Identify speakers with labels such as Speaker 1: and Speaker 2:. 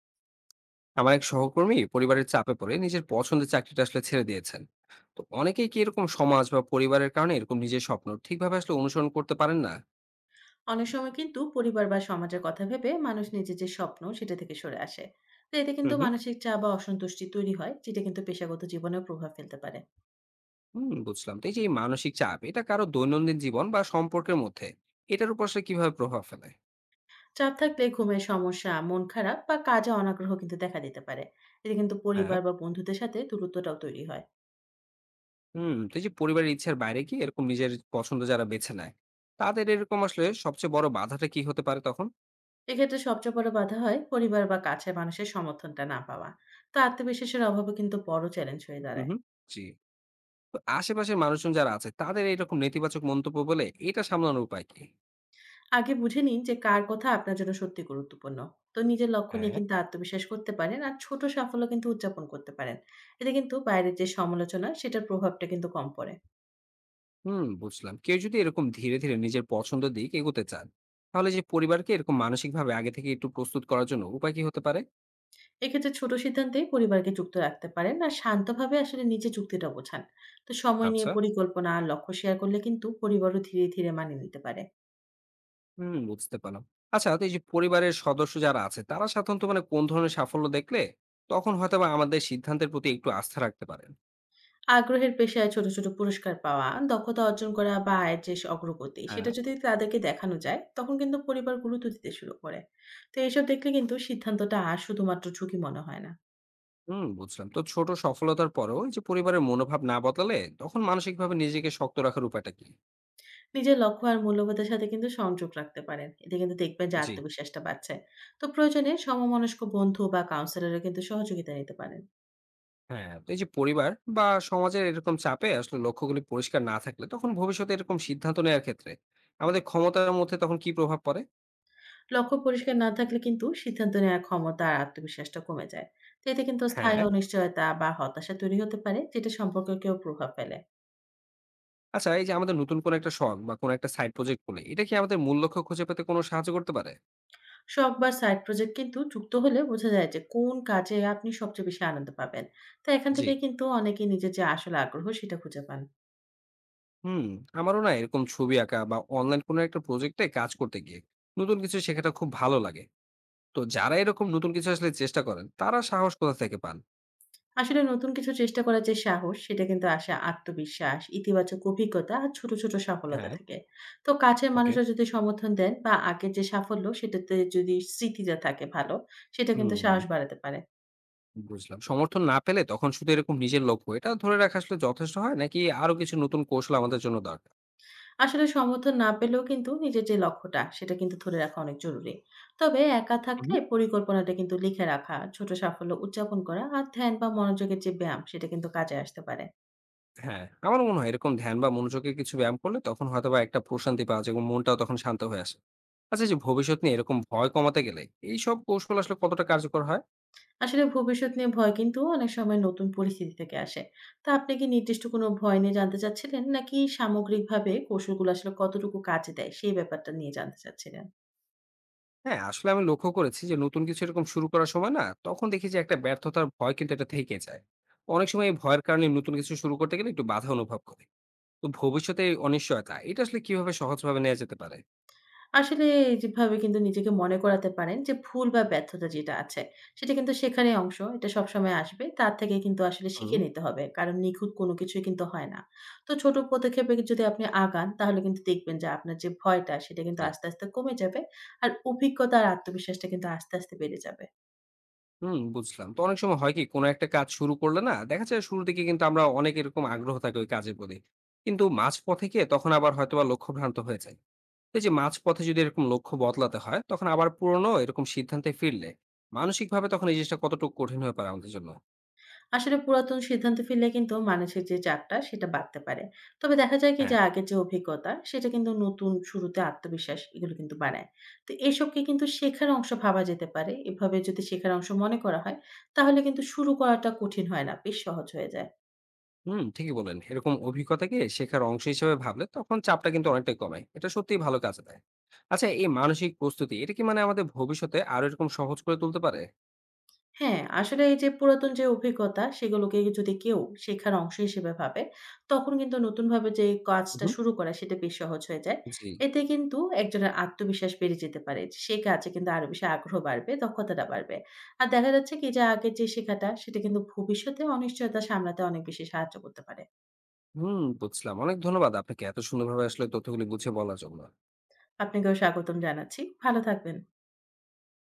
Speaker 1: আমার এক সহকর্মী পরিবারের চাপে পড়ে নিজের পছন্দের চাকরিটা আসলে ছেড়ে দিয়েছেন। তো অনেকেই কি এরকম সমাজ বা পরিবারের কারণে এরকম নিজের স্বপ্ন ঠিকভাবে আসলে অনুসরণ করতে পারেন না?
Speaker 2: অনেক সময় কিন্তু পরিবার বা সমাজের কথা ভেবে মানুষ নিজের যে স্বপ্ন সেটা থেকে সরে আসে। তো এতে
Speaker 1: হুম
Speaker 2: কিন্তু
Speaker 1: হুম।
Speaker 2: মানসিক চাপ বা অসন্তুষ্টি তৈরি হয়, যেটা কিন্তু পেশাগত জীবনেও প্রভাব ফেলতে পারে।
Speaker 1: হুম, বুঝলাম। তো এই যে এই মানসিক চাপ এটা কারো দৈনন্দিন জীবন বা সম্পর্কের মধ্যে এটার উপর আসলে কিভাবে প্রভাব ফেলে?
Speaker 2: চাপ থাকলে ঘুমের সমস্যা, মন খারাপ বা কাজে অনাগ্রহ কিন্তু দেখা দিতে পারে। এতে কিন্তু
Speaker 1: হ্যাঁ।
Speaker 2: পরিবার বা বন্ধুদের সাথে দূরত্বটাও তৈরি হয়।
Speaker 1: হুম। তো এই যে পরিবারের ইচ্ছার বাইরে কি এরকম নিজের পছন্দ যারা বেছে নেয়, তাদের এরকম আসলে সবচেয়ে বড় বাধাটা কি হতে পারে তখন?
Speaker 2: এক্ষেত্রে সবচেয়ে বড় বাধা হয় পরিবার বা কাছের মানুষের সমর্থনটা না পাওয়া। তো আত্মবিশ্বাসের অভাবে কিন্তু বড় চ্যালেঞ্জ হয়ে
Speaker 1: হুম
Speaker 2: দাঁড়ায়।
Speaker 1: হুম। জি। তো আশেপাশের মানুষজন যারা আছে তাদের এরকম নেতিবাচক মন্তব্য বলে এটা সামলানোর উপায় কি?
Speaker 2: আগে বুঝে নিন যে কার কথা আপনার জন্য সত্যি গুরুত্বপূর্ণ। তো নিজের লক্ষ্য নিয়ে
Speaker 1: হ্যাঁ।
Speaker 2: কিন্তু আত্মবিশ্বাস করতে পারেন। আর ছোট সাফল্য কিন্তু উদযাপন করতে পারেন। এতে কিন্তু বাইরের যে সমালোচনা সেটার প্রভাবটা কিন্তু কম পড়ে।
Speaker 1: হুম, বুঝলাম। কেউ যদি এরকম ধীরে ধীরে নিজের পছন্দ দিক এগোতে চান, তাহলে যে পরিবারকে এরকম মানসিকভাবে আগে থেকে একটু প্রস্তুত করার জন্য উপায় কি হতে পারে?
Speaker 2: এক্ষেত্রে ছোট সিদ্ধান্তেই পরিবারকে যুক্ত রাখতে পারেন। আর শান্তভাবে আসলে নিজের যুক্তিটা বোঝান। তো সময় নিয়ে
Speaker 1: আচ্ছা।
Speaker 2: পরিকল্পনা আর লক্ষ্য শেয়ার করলে কিন্তু পরিবারও ধীরে, ধীরে মানিয়ে নিতে পারে।
Speaker 1: হুম, বুঝতে পারলাম। আচ্ছা, তো এই যে পরিবারের সদস্য যারা আছে তারা সাধারণত মানে কোন ধরনের সাফল্য দেখলে তখন হয়তো বা আমাদের সিদ্ধান্তের প্রতি একটু আস্থা রাখতে পারেন?
Speaker 2: আগ্রহের পেশায় ছোট, ছোট পুরস্কার পাওয়া, দক্ষতা অর্জন করা বা আয়ের যে অগ্রগতি সেটা
Speaker 1: হ্যাঁ।
Speaker 2: যদি তাদেরকে দেখানো যায়, তখন কিন্তু পরিবার গুরুত্ব দিতে শুরু করে। তো এসব দেখলে কিন্তু সিদ্ধান্তটা আর শুধুমাত্র ঝুঁকি মনে হয় না।
Speaker 1: হুম, বুঝলাম। তো ছোট সফলতার পরেও এই যে পরিবারের মনোভাব না বদলালে তখন মানসিকভাবে নিজেকে শক্ত রাখার উপায়টা কি?
Speaker 2: নিজের লক্ষ্য আর মূল্যবোধের সাথে কিন্তু সংযোগ রাখতে পারেন। এতে কিন্তু দেখবেন যে
Speaker 1: জি।
Speaker 2: আত্মবিশ্বাসটা বাড়ছে। তো প্রয়োজনে সমমনস্ক বন্ধু বা কাউন্সেলরও কিন্তু সহযোগিতা নিতে পারেন।
Speaker 1: হ্যাঁ, তো এই যে পরিবার বা সমাজের এরকম চাপে আসলে লক্ষ্যগুলি পরিষ্কার না থাকলে তখন ভবিষ্যতে এরকম সিদ্ধান্ত নেওয়ার ক্ষেত্রে আমাদের ক্ষমতার মধ্যে তখন কি প্রভাব পড়ে?
Speaker 2: লক্ষ্য পরিষ্কার না থাকলে কিন্তু সিদ্ধান্ত নেওয়ার ক্ষমতা আর আত্মবিশ্বাসটা কমে যায়। তো এতে কিন্তু স্থায়ী
Speaker 1: হ্যাঁ।
Speaker 2: অনিশ্চয়তা বা হতাশা তৈরি হতে পারে, যেটা সম্পর্ককেও প্রভাব ফেলে।
Speaker 1: আচ্ছা, এই যে আমাদের নতুন কোন একটা শখ বা কোন একটা সাইড প্রজেক্ট বলে এটা কি আমাদের মূল লক্ষ্য খুঁজে পেতে কোনো সাহায্য করতে পারে?
Speaker 2: শখ বা সাইড প্রজেক্ট কিন্তু যুক্ত হলে বোঝা যায় যে কোন কাজে আপনি সবচেয়ে বেশি আনন্দ পাবেন। তো এখান
Speaker 1: জি।
Speaker 2: থেকে কিন্তু অনেকে নিজের যে আসল আগ্রহ সেটা খুঁজে পান।
Speaker 1: হুম। আমারও না এরকম ছবি আঁকা বা অনলাইন কোনো একটা প্রজেক্টে কাজ করতে গিয়ে নতুন কিছু শেখাটা খুব ভালো লাগে। তো যারা এরকম নতুন কিছু আসলে চেষ্টা করেন তারা সাহস কোথা থেকে পান?
Speaker 2: আসলে নতুন কিছু চেষ্টা করার যে সাহস সেটা কিন্তু আসে আত্মবিশ্বাস, ইতিবাচক অভিজ্ঞতা আর ছোট, ছোট সফলতা
Speaker 1: হ্যাঁ।
Speaker 2: থেকে। তো কাছের
Speaker 1: ওকে।
Speaker 2: মানুষরা যদি সমর্থন দেন বা আগের যে সাফল্য সেটাতে যদি স্মৃতিটা থাকে ভালো, সেটা কিন্তু
Speaker 1: হুম,
Speaker 2: সাহস বাড়াতে পারে।
Speaker 1: বুঝলাম। সমর্থন না পেলে তখন শুধু এরকম নিজের লক্ষ্য এটা ধরে রাখা আসলে যথেষ্ট হয় নাকি আরো কিছু নতুন কৌশল আমাদের জন্য দরকার?
Speaker 2: আসলে সমর্থন না পেলেও কিন্তু নিজের যে লক্ষ্যটা সেটা কিন্তু ধরে রাখা অনেক জরুরি। তবে একা
Speaker 1: হুম,
Speaker 2: থাকলে
Speaker 1: হুম।
Speaker 2: পরিকল্পনাটা কিন্তু লিখে রাখা, ছোট সাফল্য উদযাপন করা আর ধ্যান বা মনোযোগের যে ব্যায়াম সেটা কিন্তু কাজে আসতে পারে।
Speaker 1: হ্যাঁ, আমারও মনে হয় এরকম ধ্যান বা মনোযোগের কিছু ব্যায়াম করলে তখন হয়তোবা একটা প্রশান্তি পাওয়া যায় এবং মনটাও তখন শান্ত হয়ে আসে। আচ্ছা, এই যে ভবিষ্যৎ নিয়ে এরকম ভয় কমাতে গেলে এইসব কৌশল আসলে কতটা কার্যকর হয়?
Speaker 2: আসলে ভবিষ্যৎ নিয়ে ভয় কিন্তু অনেক সময় নতুন পরিস্থিতি থেকে আসে। তো আপনি কি নির্দিষ্ট কোনো ভয় নিয়ে জানতে চাচ্ছিলেন? নাকি সামগ্রিকভাবে কৌশলগুলো আসলে কতটুকু কাজে দেয় সেই ব্যাপারটা নিয়ে জানতে চাচ্ছিলেন?
Speaker 1: হ্যাঁ, আসলে আমি লক্ষ্য করেছি যে নতুন কিছু এরকম শুরু করার সময় না তখন দেখি যে একটা ব্যর্থতার ভয় কিন্তু এটা থেকে যায়। অনেক সময় এই ভয়ের কারণে নতুন কিছু শুরু করতে গেলে একটু বাধা অনুভব করি। তো ভবিষ্যতে এই অনিশ্চয়তা এটা আসলে কিভাবে সহজভাবে নেওয়া যেতে পারে?
Speaker 2: আসলে যেভাবে কিন্তু নিজেকে মনে করাতে পারেন যে ভুল বা ব্যর্থতা যেটা আছে সেটা কিন্তু শেখারই অংশ। এটা সবসময় আসবে। তার থেকে কিন্তু আসলে
Speaker 1: হুম।
Speaker 2: শিখে নিতে হবে। কারণ নিখুঁত কোনো কিছুই কিন্তু হয় না। তো ছোট পদক্ষেপে যদি আপনি আগান তাহলে কিন্তু দেখবেন যে আপনার যে ভয়টা সেটা কিন্তু
Speaker 1: জি।
Speaker 2: আস্তে, আস্তে কমে যাবে। আর অভিজ্ঞতা আর আত্মবিশ্বাসটা কিন্তু আস্তে, আস্তে বেড়ে যাবে।
Speaker 1: হুম, বুঝলাম। তো অনেক সময় হয় কি কোন একটা কাজ শুরু করলে না দেখা যায় শুরুর দিকে কিন্তু আমরা অনেক এরকম আগ্রহ থাকে ওই কাজের প্রতি। কিন্তু মাঝপথে গিয়ে তখন আবার হয়তোবা লক্ষ্যভ্রান্ত হয়ে যায়। তো এই যে মাঝপথে যদি এরকম লক্ষ্য বদলাতে হয় তখন আবার পুরনো এরকম সিদ্ধান্তে ফিরলে মানসিকভাবে তখন এই জিনিসটা কতটুকু কঠিন হয়ে পড়ে আমাদের জন্য?
Speaker 2: আসলে পুরাতন সিদ্ধান্তে ফিরলে কিন্তু মানসিক যে চাপটা সেটা বাড়তে পারে। তবে দেখা যায় কি যে
Speaker 1: হ্যাঁ।
Speaker 2: আগের যে অভিজ্ঞতা সেটা কিন্তু নতুন শুরুতে আত্মবিশ্বাস এগুলো কিন্তু বাড়ায়। তো এসবকে কিন্তু শেখার অংশ ভাবা যেতে পারে। এভাবে যদি শেখার অংশ মনে করা হয় তাহলে কিন্তু শুরু করাটা কঠিন হয় না, বেশ সহজ হয়ে যায়।
Speaker 1: হুম, ঠিকই বললেন। এরকম অভিজ্ঞতাকে শেখার অংশ হিসেবে ভাবলে তখন চাপটা কিন্তু অনেকটাই কমে। এটা সত্যিই ভালো কাজে দেয়। আচ্ছা, এই মানসিক প্রস্তুতি এটা কি মানে আমাদের ভবিষ্যতে আরো এরকম সহজ করে তুলতে পারে?
Speaker 2: হ্যাঁ, আসলে এই যে পুরাতন যে অভিজ্ঞতা সেগুলোকে যদি কেউ শেখার অংশ হিসেবে ভাবে, তখন কিন্তু নতুনভাবে যে
Speaker 1: হুম,
Speaker 2: কাজটা
Speaker 1: হুম।
Speaker 2: শুরু করা সেটা বেশ সহজ হয়ে যায়।
Speaker 1: জি।
Speaker 2: এতে কিন্তু একজনের আত্মবিশ্বাস বেড়ে যেতে পারে। সে কাজে কিন্তু আরো বেশি আগ্রহ বাড়বে, দক্ষতাটা বাড়বে। আর দেখা যাচ্ছে কি যে আগের যে শেখাটা সেটা কিন্তু ভবিষ্যতে অনিশ্চয়তা সামলাতে অনেক বেশি সাহায্য করতে পারে।
Speaker 1: হুম, বুঝলাম। অনেক ধন্যবাদ আপনাকে এত সুন্দরভাবে আসলে তথ্যগুলি বুঝিয়ে বলার জন্য।
Speaker 2: আপনাকেও স্বাগতম জানাচ্ছি। ভালো থাকবেন।